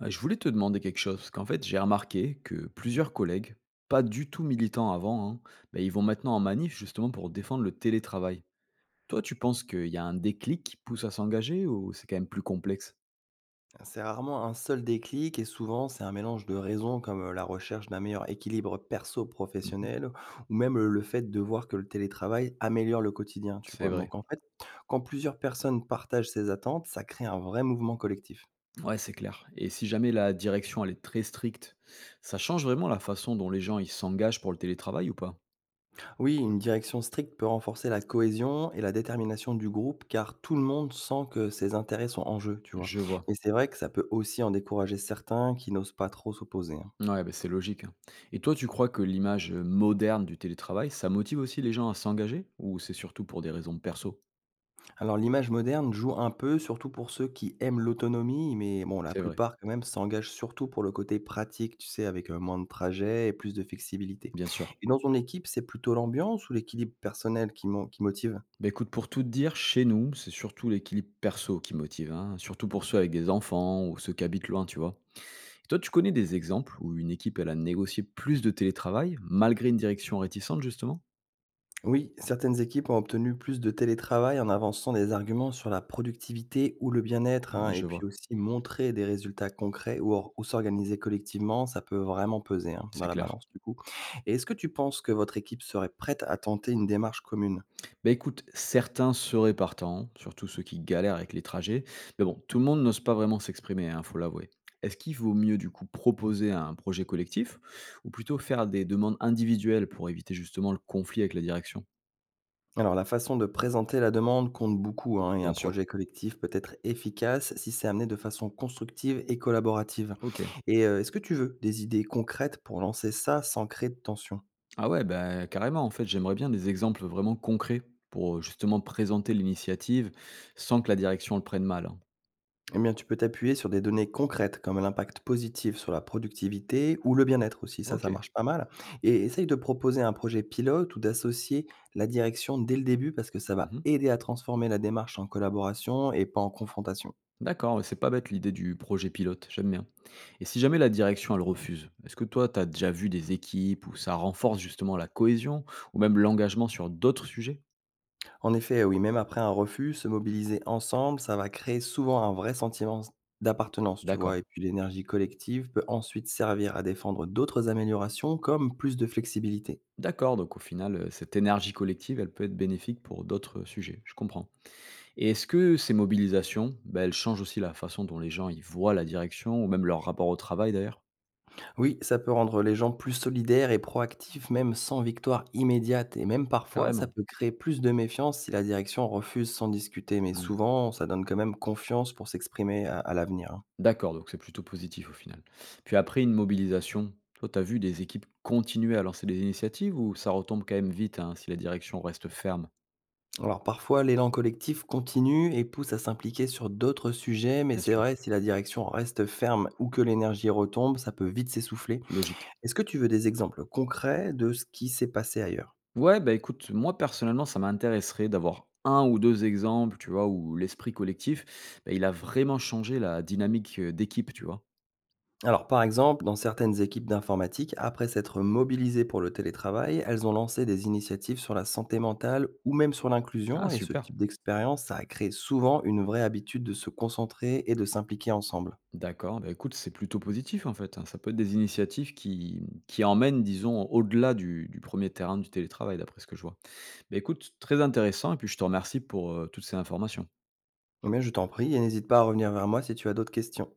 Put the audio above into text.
Ouais, je voulais te demander quelque chose, parce qu'en fait, j'ai remarqué que plusieurs collègues, pas du tout militants avant, hein, ben, ils vont maintenant en manif justement pour défendre le télétravail. Toi, tu penses qu'il y a un déclic qui pousse à s'engager ou c'est quand même plus complexe? C'est rarement un seul déclic et souvent c'est un mélange de raisons comme la recherche d'un meilleur équilibre Mhm. perso-professionnel ou même le fait de voir que le télétravail améliore le quotidien, tu C'est vois. vrai. Donc en fait, quand plusieurs personnes partagent ces attentes, ça crée un vrai mouvement collectif. Ouais, c'est clair. Et si jamais la direction, elle est très stricte, ça change vraiment la façon dont les gens ils s'engagent pour le télétravail ou pas? Oui, une direction stricte peut renforcer la cohésion et la détermination du groupe car tout le monde sent que ses intérêts sont en jeu, tu vois. Je vois. Mais c'est vrai que ça peut aussi en décourager certains qui n'osent pas trop s'opposer, hein. Ouais, ben, c'est logique, hein. Et toi, tu crois que l'image moderne du télétravail, ça motive aussi les gens à s'engager ou c'est surtout pour des raisons perso? Alors l'image moderne joue un peu, surtout pour ceux qui aiment l'autonomie, mais bon, la C'est vrai. plupart quand même s'engagent surtout pour le côté pratique, tu sais, avec moins de trajets et plus de flexibilité. Bien sûr. Et dans ton équipe, c'est plutôt l'ambiance ou l'équilibre personnel qui, qui motive? Bah, écoute, pour tout te dire, chez nous, c'est surtout l'équilibre perso qui motive, hein, surtout pour ceux avec des enfants ou ceux qui habitent loin, tu vois. Et toi, tu connais des exemples où une équipe, elle a négocié plus de télétravail, malgré une direction réticente, justement? Oui, certaines équipes ont obtenu plus de télétravail en avançant des arguments sur la productivité ou le bien-être, hein, Ah, et je puis vois, aussi montrer des résultats concrets ou s'organiser collectivement, ça peut vraiment peser hein, dans c'est la clair. balance du coup. Et est-ce que tu penses que votre équipe serait prête à tenter une démarche commune? Bah écoute, certains seraient partants, surtout ceux qui galèrent avec les trajets, mais bon, tout le monde n'ose pas vraiment s'exprimer, hein, faut l'avouer. Est-ce qu'il vaut mieux, du coup, proposer un projet collectif, ou plutôt faire des demandes individuelles pour éviter justement le conflit avec la direction? Alors, la façon de présenter la demande compte beaucoup, hein, et Bien un sûr. projet collectif peut être efficace si c'est amené de façon constructive et collaborative. Ok. Et est-ce que tu veux des idées concrètes pour lancer ça sans créer de tension? Ah ouais, bah, carrément, en fait, j'aimerais bien des exemples vraiment concrets pour justement présenter l'initiative sans que la direction le prenne mal, hein. Eh bien, tu peux t'appuyer sur des données concrètes comme l'impact positif sur la productivité ou le bien-être aussi, ça marche Ok. pas mal. Et essaye de proposer un projet pilote ou d'associer la direction dès le début parce que ça va Mhm. aider à transformer la démarche en collaboration et pas en confrontation. D'accord, ouais, c'est pas bête l'idée du projet pilote, j'aime bien. Et si jamais la direction, elle refuse, est-ce que toi, t'as déjà vu des équipes où ça renforce justement la cohésion ou même l'engagement sur d'autres sujets? En effet, oui, même après un refus, se mobiliser ensemble, ça va créer souvent un vrai sentiment d'appartenance, tu vois. D'accord. Et puis l'énergie collective peut ensuite servir à défendre d'autres améliorations comme plus de flexibilité. D'accord, donc au final, cette énergie collective, elle peut être bénéfique pour d'autres sujets, je comprends. Et est-ce que ces mobilisations, ben elles changent aussi la façon dont les gens ils voient la direction ou même leur rapport au travail d'ailleurs? Oui, ça peut rendre les gens plus solidaires et proactifs même sans victoire immédiate. Et même parfois, ça Carrément. peut créer plus de méfiance si la direction refuse sans discuter. Mais Mmh. souvent, ça donne quand même confiance pour s'exprimer à l'avenir, hein. D'accord, donc c'est plutôt positif au final. Puis après une mobilisation, toi, tu as vu des équipes continuer à lancer des initiatives ou ça retombe quand même vite, hein, si la direction reste ferme? Alors parfois, l'élan collectif continue et pousse à s'impliquer sur d'autres sujets, mais Bien c'est sûr, vrai, si la direction reste ferme ou que l'énergie retombe, ça peut vite s'essouffler. logique. Est-ce que tu veux des exemples concrets de ce qui s'est passé ailleurs? Ouais, bah écoute, moi personnellement, ça m'intéresserait d'avoir un ou deux exemples, tu vois, où l'esprit collectif, bah, il a vraiment changé la dynamique d'équipe, tu vois. Alors par exemple, dans certaines équipes d'informatique, après s'être mobilisées pour le télétravail, elles ont lancé des initiatives sur la santé mentale ou même sur l'inclusion, Ah, et ce super. type d'expérience, ça a créé souvent une vraie habitude de se concentrer et de s'impliquer ensemble. D'accord, bah, écoute, c'est plutôt positif en fait, hein. Ça peut être des initiatives qui emmènent, disons, au-delà du premier terrain du télétravail, d'après ce que je vois. Bah, écoute, très intéressant et puis je te remercie pour, toutes ces informations. Mais je t'en prie, et n'hésite pas à revenir vers moi si tu as d'autres questions.